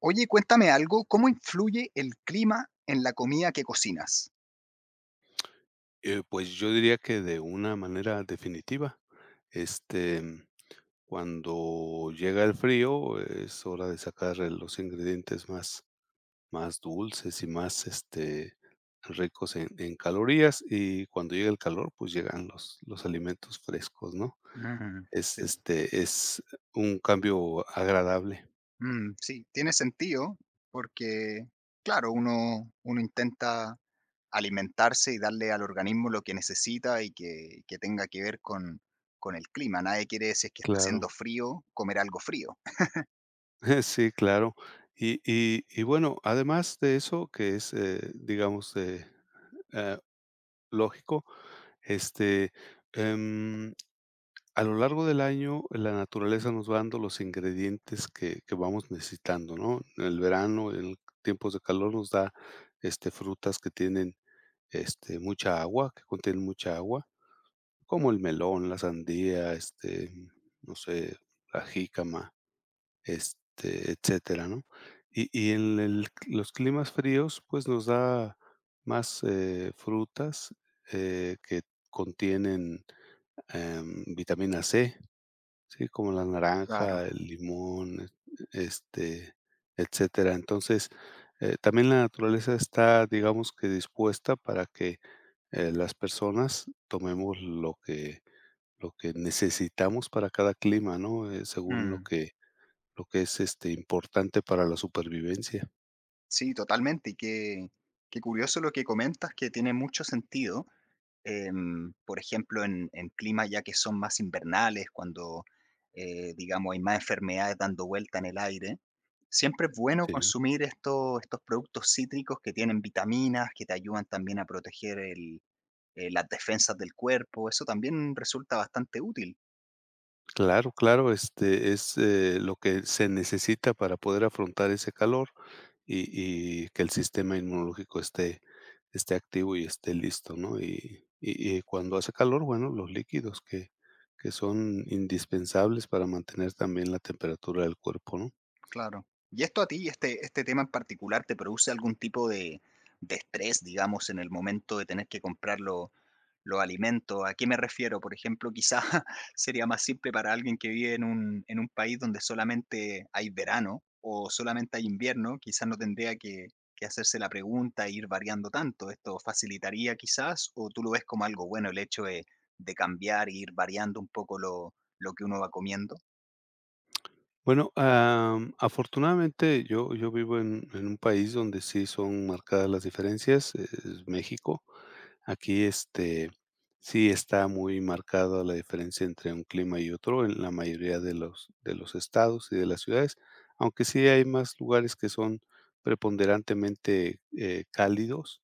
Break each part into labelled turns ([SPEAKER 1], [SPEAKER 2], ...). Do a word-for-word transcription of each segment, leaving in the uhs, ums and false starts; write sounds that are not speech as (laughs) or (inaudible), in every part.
[SPEAKER 1] Oye, cuéntame algo, ¿cómo influye el clima en la comida que cocinas?
[SPEAKER 2] Eh, pues yo diría que de una manera definitiva. Este, Cuando llega el frío, es hora de sacar los ingredientes más, más dulces y más este, ricos en, en calorías. Y cuando llega el calor, pues llegan los, los alimentos frescos, ¿no?
[SPEAKER 1] Mm,
[SPEAKER 2] Es,
[SPEAKER 1] sí.
[SPEAKER 2] este, es un cambio agradable,
[SPEAKER 1] Mm, sí, tiene sentido, porque, claro, uno, uno intenta alimentarse y darle al organismo lo que necesita y que, que tenga que ver con, con el clima. Nadie quiere, si es que está
[SPEAKER 2] claro.
[SPEAKER 1] haciendo frío, comer algo frío.
[SPEAKER 2] (laughs) Sí, claro. Y, y, y bueno, además de eso, que es, eh, digamos, eh, eh, lógico. Este, em, a lo largo del año, la naturaleza nos va dando los ingredientes que, que vamos necesitando, ¿no? En el verano, en tiempos de calor, nos da este, frutas que tienen este, mucha agua, que contienen mucha agua, como el melón, la sandía, este, no sé, la jícama, este, etcétera, ¿no? Y, y en el- los climas fríos, pues nos da más eh, frutas eh, que contienen Em, vitamina C, sí, como la
[SPEAKER 1] Claro.
[SPEAKER 2] naranja, el limón, este, etcétera. Entonces, eh, también la naturaleza está, digamos que dispuesta para que, eh, las personas tomemos lo que lo que necesitamos para cada clima, ¿no? Eh, según lo
[SPEAKER 1] Mm,
[SPEAKER 2] que lo que es, este, importante para la supervivencia.
[SPEAKER 1] sí, totalmente. Y qué, qué curioso lo que comentas, que tiene mucho sentido. Em, por ejemplo, en, en climas ya que son más invernales, cuando, eh, digamos, hay más enfermedades dando vuelta en el aire, siempre es bueno
[SPEAKER 2] Sí.
[SPEAKER 1] consumir estos, estos productos cítricos que tienen vitaminas, que te ayudan también a proteger el- eh, las defensas del cuerpo. Eso también resulta bastante útil.
[SPEAKER 2] Claro, claro, este, es, eh, lo que se necesita para poder afrontar ese calor y y que el sistema inmunológico esté esté activo y esté listo, ¿no? Y y y cuando hace calor, bueno, los líquidos que que son indispensables para mantener también la temperatura del cuerpo, ¿no?
[SPEAKER 1] Claro. ¿Y esto a ti, este, este tema en particular, te produce algún tipo de, de estrés, digamos, en el momento de tener que comprar lo- los alimentos? ¿A qué me refiero? Por ejemplo, quizás (laughs) sería más simple para alguien que vive en un, en un país donde solamente hay verano o solamente hay invierno, quizás no tendría que, que hacerse la pregunta e ir variando tanto. ¿Esto facilitaría quizás o tú lo ves como algo bueno el hecho de, de cambiar e ir variando un poco lo, lo que uno va comiendo?
[SPEAKER 2] Bueno, am, afortunadamente yo yo vivo en en un país donde sí son marcadas las diferencias, es México. Aquí, este, sí está muy marcada la diferencia entre un clima y otro en la mayoría de los de los estados y de las ciudades, aunque sí hay más lugares que son preponderantemente, eh, cálidos,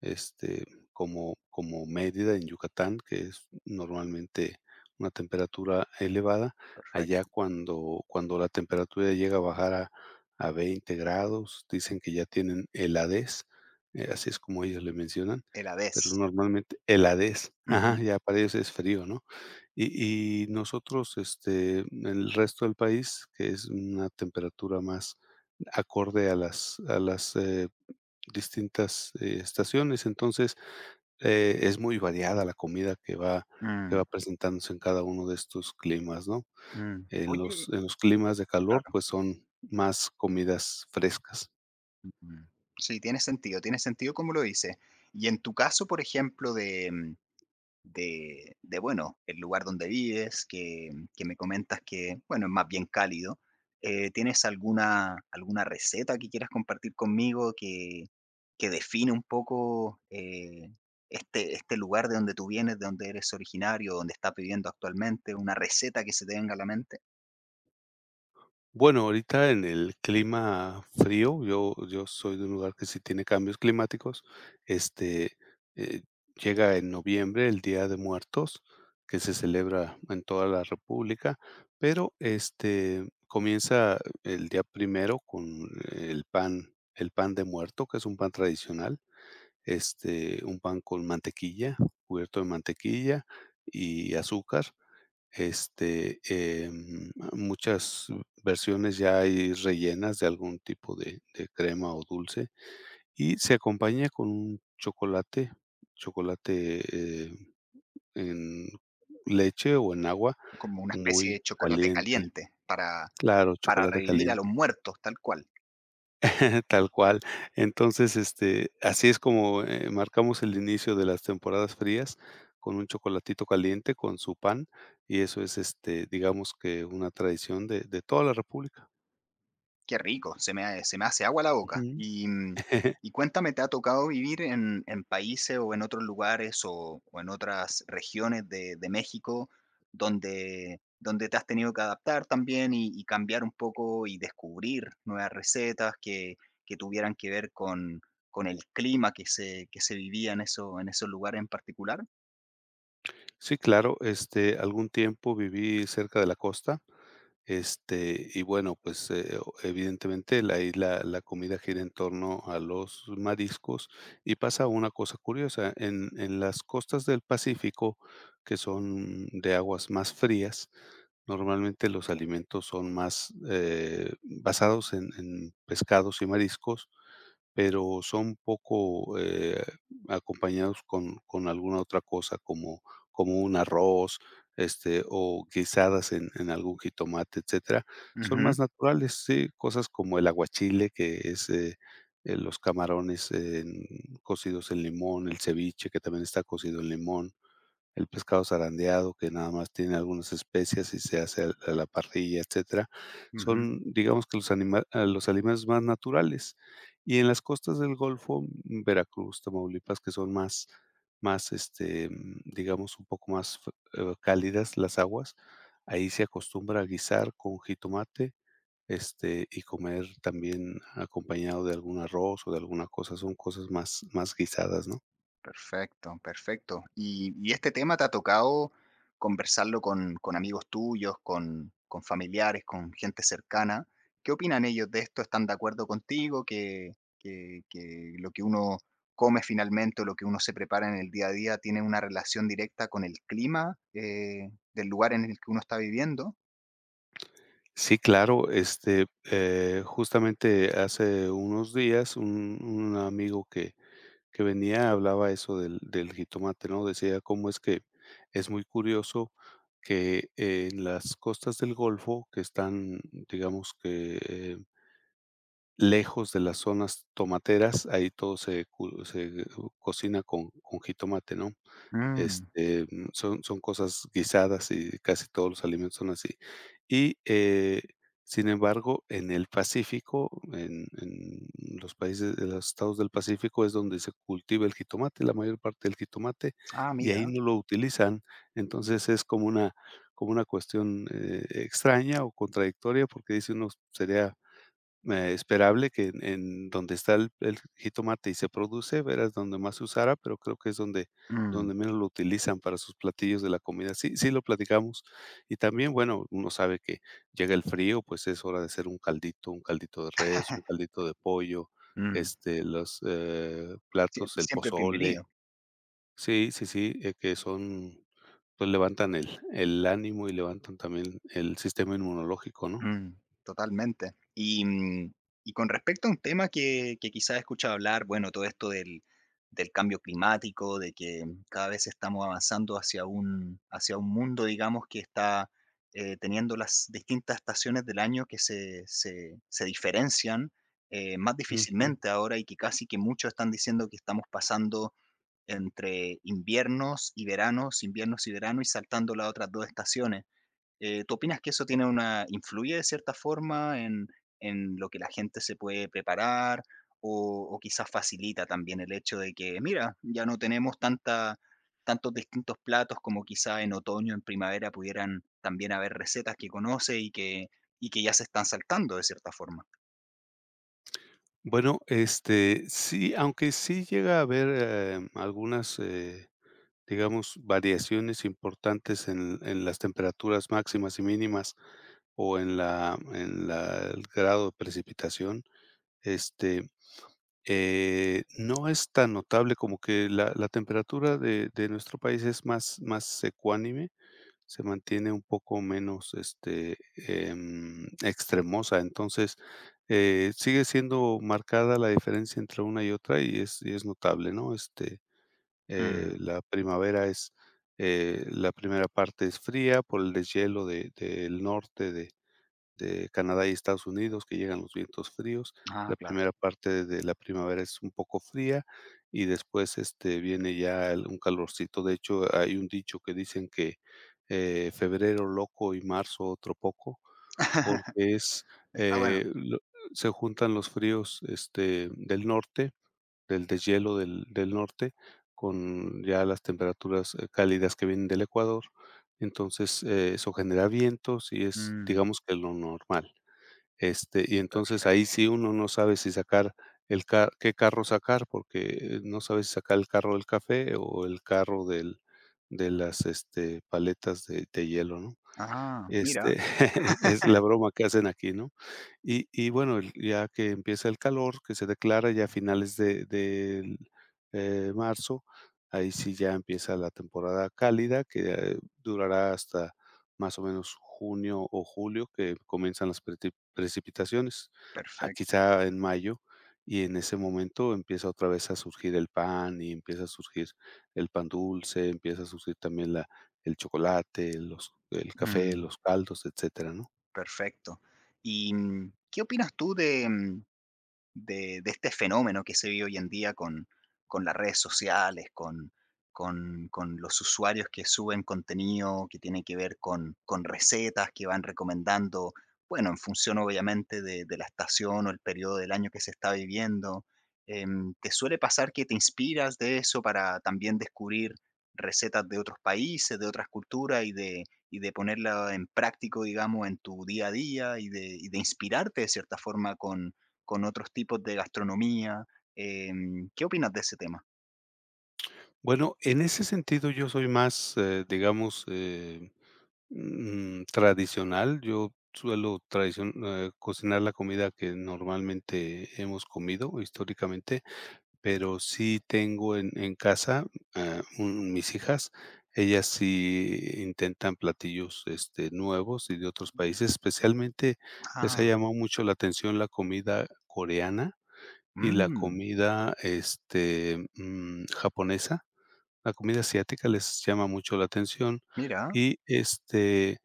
[SPEAKER 2] este, como, como Mérida en Yucatán, que es normalmente una temperatura elevada, allá
[SPEAKER 1] Perfecto.
[SPEAKER 2] cuando, cuando la temperatura llega a bajar a, a veinte grados, dicen que ya tienen heladez, eh, así es como ellos le mencionan,
[SPEAKER 1] El
[SPEAKER 2] pero
[SPEAKER 1] vez.
[SPEAKER 2] normalmente heladez, ajá, ya para ellos es frío, ¿no? Y, y nosotros, este, en el resto del país, que es una temperatura más acorde a las, a las eh, distintas, eh, estaciones. Entonces, eh, es muy variada la comida que va que
[SPEAKER 1] Mm,
[SPEAKER 2] va presentándose en cada uno de estos climas, ¿no?
[SPEAKER 1] mm.
[SPEAKER 2] En
[SPEAKER 1] Oye,
[SPEAKER 2] los en los climas de calor,
[SPEAKER 1] claro.
[SPEAKER 2] pues, son más comidas frescas.
[SPEAKER 1] Ujú. Sí, tiene sentido, tiene sentido como lo dices. Y en tu caso, por ejemplo, de, mm, de, de, bueno, el lugar donde vives, que, mm, que me comentas que, bueno, es más bien cálido, eh, ¿tienes alguna, alguna receta que quieras compartir conmigo que, que define un poco eh, este, este lugar de donde tú vienes, de donde eres originario, donde estás viviendo actualmente? ¿Una receta que se te venga a la mente?
[SPEAKER 2] Bueno, ahorita en el clima frío, yo yo soy de un lugar que sí tiene cambios climáticos. este, eh, Llega en noviembre el Día de Muertos, que se celebra en toda la república, pero, este, comienza el día primero con el pan el pan de muerto, que es un pan tradicional, este, un pan con mantequilla, cubierto de mantequilla y azúcar. Este, em, muchas versiones ya hay rellenas de algún tipo de de crema o dulce, y se acompaña con un chocolate, chocolate, eh, en leche o en agua
[SPEAKER 1] Como una especie
[SPEAKER 2] muy
[SPEAKER 1] de chocolate
[SPEAKER 2] caliente.
[SPEAKER 1] caliente para,
[SPEAKER 2] Claro,
[SPEAKER 1] para
[SPEAKER 2] chocolate
[SPEAKER 1] revivir a los
[SPEAKER 2] caliente.
[SPEAKER 1] muertos, tal cual.
[SPEAKER 2] (laughs) Tal cual. Entonces, este, así es como, eh, marcamos el inicio de las temporadas frías con un chocolatito caliente, con su pan, y eso es, este, digamos que una tradición de de toda la república.
[SPEAKER 1] Qué rico, se me, ha- se me hace agua la boca.
[SPEAKER 2] Ujú.
[SPEAKER 1] Y, mm,
[SPEAKER 2] (laughs)
[SPEAKER 1] y cuéntame, ¿te ha tocado vivir en, en países o en otros lugares o, o en otras regiones de, de México donde, donde te has tenido que adaptar también y, y cambiar un poco y descubrir nuevas recetas que, que tuvieran que ver con, con el clima que se, que se vivía en, eso, en esos lugares en particular?
[SPEAKER 2] Sí, claro, este, algún tiempo viví cerca de la costa. Este, y bueno, pues, eh, o evidentemente la ahí la la comida gira en torno a los mariscos, y pasa una cosa curiosa, en en las costas del Pacífico, que son de aguas más frías, normalmente los alimentos son más, eh, basados en en pescados y mariscos, pero son poco, eh, acompañados con con alguna otra cosa, como como un arroz, este, o guisadas en en algún jitomate, etcétera. Son
[SPEAKER 1] Ujú,
[SPEAKER 2] más naturales, sí, cosas como el aguachile, que es, eh, eh, los camarones en cocidos en limón, el ceviche, que también está cocido en limón, el pescado zarandeado, que nada más tiene algunas especias y se hace al a la parrilla, etcétera,
[SPEAKER 1] ujú.
[SPEAKER 2] son, digamos que los anima ah, los alimentos más naturales. Y en las costas del Golfo, mm, Veracruz, Tamaulipas, que son más más, este, mm, digamos, un poco más f eh, cálidas las aguas, ahí se acostumbra a guisar con jitomate, este, y comer también acompañado de algún arroz o de alguna cosa, son cosas más más guisadas, ¿no?
[SPEAKER 1] Perfecto, perfecto. Y, y este tema te ha tocado conversarlo con, con amigos tuyos, con, con familiares, con gente cercana. ¿Qué opinan ellos de esto? ¿Están de acuerdo contigo que, que, que lo que uno come finalmente o lo que uno se prepara en el día a día tiene una relación directa con el clima eh, del lugar en el que uno está viviendo?
[SPEAKER 2] Sí, claro, este, eh, justamente hace unos días un, un amigo que, que venía hablaba eso del, del jitomate, ¿no? Decía cómo es que es muy curioso que eh, en las costas del Golfo, que están, digamos que eh, lejos de las zonas tomateras, ahí todo se, cu- se eh, cocina con, con jitomate, ¿no?
[SPEAKER 1] Mm.
[SPEAKER 2] Este, mm, son son cosas guisadas y casi todos los alimentos son así. Y, eh, sin embargo, en el Pacífico, en en los países de los estados del Pacífico es donde se cultiva el jitomate, la mayor parte del jitomate,
[SPEAKER 1] Ah,
[SPEAKER 2] y ahí
[SPEAKER 1] mira.
[SPEAKER 2] no lo utilizan. Entonces, es como una como una cuestión, eh, extraña o contradictoria, porque dice uno sería eh, esperable que en en donde está el el jitomate y se produce, verás donde más se usara, pero creo que es donde
[SPEAKER 1] Mm,
[SPEAKER 2] donde menos lo utilizan para sus platillos de la comida. Sí, sí lo platicamos. Y también, bueno, uno sabe que llega el frío, pues es hora de hacer un caldito, un caldito de res, un caldito de pollo,
[SPEAKER 1] mm.
[SPEAKER 2] este, los, eh,
[SPEAKER 1] Sie-
[SPEAKER 2] platos, el
[SPEAKER 1] Siempre
[SPEAKER 2] pozole.
[SPEAKER 1] bienvenido.
[SPEAKER 2] Sí, sí, sí, eh, que son pues levantan el el ánimo y levantan también el sistema inmunológico, ¿no?
[SPEAKER 1] Mm, totalmente. Y, mm, y con respecto a un tema que, que quizás he escuchado hablar, bueno, todo esto del, del cambio climático, de que cada vez estamos avanzando hacia un, hacia un mundo, digamos, que está eh, teniendo las distintas estaciones del año que se, se, se diferencian eh, más
[SPEAKER 2] Ujú.
[SPEAKER 1] difícilmente ahora y que casi que muchos están diciendo que estamos pasando entre inviernos y veranos, inviernos y verano y saltando las otras dos estaciones. Eh, ¿tú opinas que eso tiene una influye de cierta forma en, en lo que la gente se puede preparar o, o quizás facilita también el hecho de que, mira, ya no tenemos tanta, tantos distintos platos como quizá en otoño, en primavera pudieran también haber recetas que conoce y que, y que ya se están saltando de cierta forma?
[SPEAKER 2] Bueno, este, sí, aunque sí llega a haber, em, algunas, eh, digamos, variaciones importantes en en las temperaturas máximas y mínimas, o en la en la el grado de precipitación. este, Eh, no es tan notable como que la la temperatura de de nuestro país es más más ecuánime, se mantiene un poco menos, este, em, extremosa. Entonces, eh, sigue siendo marcada la diferencia entre una y otra y es y es notable, ¿no? Este, eh,
[SPEAKER 1] Mm,
[SPEAKER 2] la primavera es, eh, la primera parte es fría por el deshielo de del norte de de Canadá y Estados Unidos, que llegan los vientos fríos.
[SPEAKER 1] ah,
[SPEAKER 2] La
[SPEAKER 1] claro.
[SPEAKER 2] primera parte de la primavera es un poco fría y después, este, viene ya el un calorcito. De hecho, hay un dicho que dicen que, eh, febrero loco y marzo otro poco, porque
[SPEAKER 1] (laughs)
[SPEAKER 2] es,
[SPEAKER 1] Está bueno.
[SPEAKER 2] eh, lo se juntan los fríos, este, del norte, del deshielo del del norte, con ya las temperaturas, eh, cálidas que vienen del Ecuador. Entonces, eh, eso genera vientos y es,
[SPEAKER 1] Mm,
[SPEAKER 2] digamos que lo normal. Este, y entonces ahí
[SPEAKER 1] perfecto.
[SPEAKER 2] sí uno no sabe si sacar el ca qué carro sacar, porque no sabe si sacar el carro del café o el carro del de las, este, paletas de de hielo, ¿no?
[SPEAKER 1] Ah, mira,
[SPEAKER 2] Este, (laughs) es la broma que hacen aquí, ¿no? Y y bueno, el ya que empieza el calor, que se declara ya a finales de del, eh, marzo, ahí sí ya empieza la temporada cálida, que eh, durará hasta más o menos junio o julio, que comienzan las preti precipitaciones, ah,
[SPEAKER 1] perfecto.
[SPEAKER 2] quizá en mayo, y en ese momento empieza otra vez a surgir el pan, y empieza a surgir el pan dulce, empieza a surgir también la el chocolate, los el café,
[SPEAKER 1] Mm,
[SPEAKER 2] los caldos, etcétera, ¿no?
[SPEAKER 1] perfecto. ¿Y mm, qué opinas tú de, mm, de, de este fenómeno que se vive hoy en día con, con las redes sociales, con, con, con los usuarios que suben contenido que tiene que ver con, con recetas que van recomendando, bueno, en función obviamente de, de la estación o el periodo del año que se está viviendo. Em, ¿te suele pasar que te inspiras de eso para también descubrir recetas de otros países, de otras culturas y de, y de ponerla en práctico, digamos, en tu día a día y de, y de inspirarte de cierta forma con otros tipos de gastronomía? Em, ¿qué opinas de ese tema?
[SPEAKER 2] Bueno, en ese sentido yo soy más, eh, digamos, eh, mm, tradicional. Yo suelo tradicion eh, cocinar la comida que normalmente hemos comido históricamente, pero sí tengo en en casa, ah, un mis hijas, ellas sí intentan platillos, este, nuevos y de otros países, especialmente les ha
[SPEAKER 1] Ah,
[SPEAKER 2] llamado mucho la atención la comida coreana. Y la
[SPEAKER 1] mm,
[SPEAKER 2] comida, este, mm, japonesa, la comida asiática les llama mucho la atención
[SPEAKER 1] mira,
[SPEAKER 2] y, este,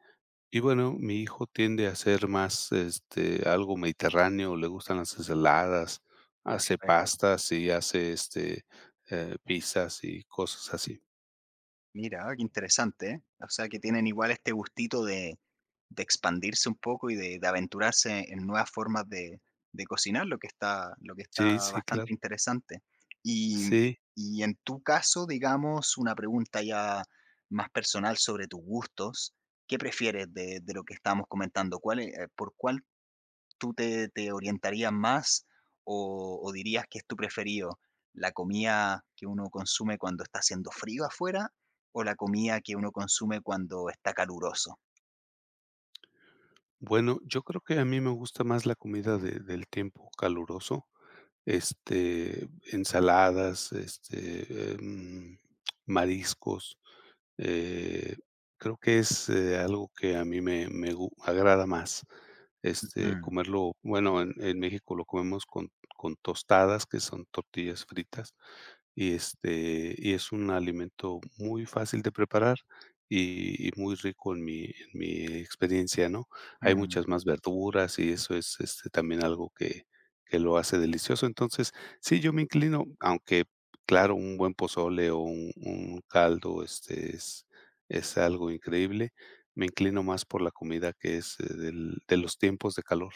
[SPEAKER 2] y bueno, mi hijo tiende a hacer más, este, algo mediterráneo, le gustan las ensaladas, hace
[SPEAKER 1] perfecto.
[SPEAKER 2] pastas y hace, este, eh, pizzas y cosas así.
[SPEAKER 1] Mira, qué interesante, ¿eh? O sea, que tienen igual este gustito de, de expandirse un poco y de, de aventurarse en nuevas formas de, de cocinar, lo que está, lo que está
[SPEAKER 2] Sí, sí, claro.
[SPEAKER 1] bastante interesante. Y,
[SPEAKER 2] Sí.
[SPEAKER 1] y en tu caso, digamos, una pregunta ya más personal sobre tus gustos. ¿Qué prefieres de, de lo que estábamos comentando? ¿Cuál, es- eh, por cuál tú te, te orientarías más o, o dirías que es tu preferido? ¿La comida que uno consume cuando está haciendo frío afuera o la comida que uno consume cuando está caluroso?
[SPEAKER 2] Bueno, yo creo que a mí me gusta más la comida de del tiempo caluroso. Este, ensaladas, este, em, mariscos. Eh, Creo que es, eh, algo que a mí me me gu agrada más, este,
[SPEAKER 1] Ujú,
[SPEAKER 2] comerlo bueno, en en México lo comemos con con tostadas, que son tortillas fritas, y, este, y es un alimento muy fácil de preparar y, y muy rico en mi, en mi experiencia, ¿no? Hay
[SPEAKER 1] ujú.
[SPEAKER 2] muchas más verduras y eso es este, también algo que, que lo hace delicioso. Entonces, sí, yo me inclino, aunque claro, un buen pozole o un, un caldo este, es, es algo increíble, me inclino más por la comida que es eh, del- de los tiempos de calor.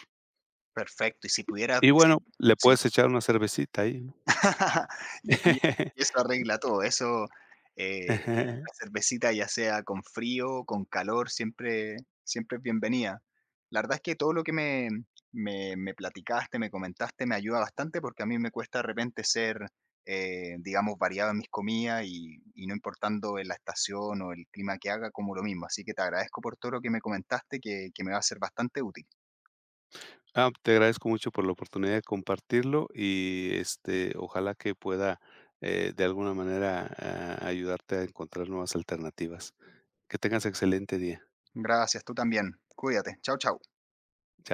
[SPEAKER 1] Perfecto. Y si pudieras
[SPEAKER 2] Y
[SPEAKER 1] decir,
[SPEAKER 2] bueno, le
[SPEAKER 1] sí.
[SPEAKER 2] puedes echar una cervecita ahí, ¿no?
[SPEAKER 1] (laughs) Y y y eso
[SPEAKER 2] (laughs)
[SPEAKER 1] arregla todo, eso, eh, una cervecita, ya sea con frío, con calor, siempre siempre es bienvenida. La verdad es que todo lo que me me me platicaste, me comentaste, me ayuda bastante, porque a mí me cuesta de repente ser, eh, digamos, variado en mis comidas y y no importando en la estación o el clima que haga, como lo mismo. Así que te agradezco por todo lo que me comentaste, que que me va a ser bastante útil.
[SPEAKER 2] Ah, te agradezco mucho por la oportunidad de compartirlo y, este, ojalá que pueda, eh, de alguna manera, ah, ayudarte a encontrar nuevas alternativas. Que tengas excelente día.
[SPEAKER 1] Gracias, tú también. Cuídate. Chao, chao.
[SPEAKER 2] Chao.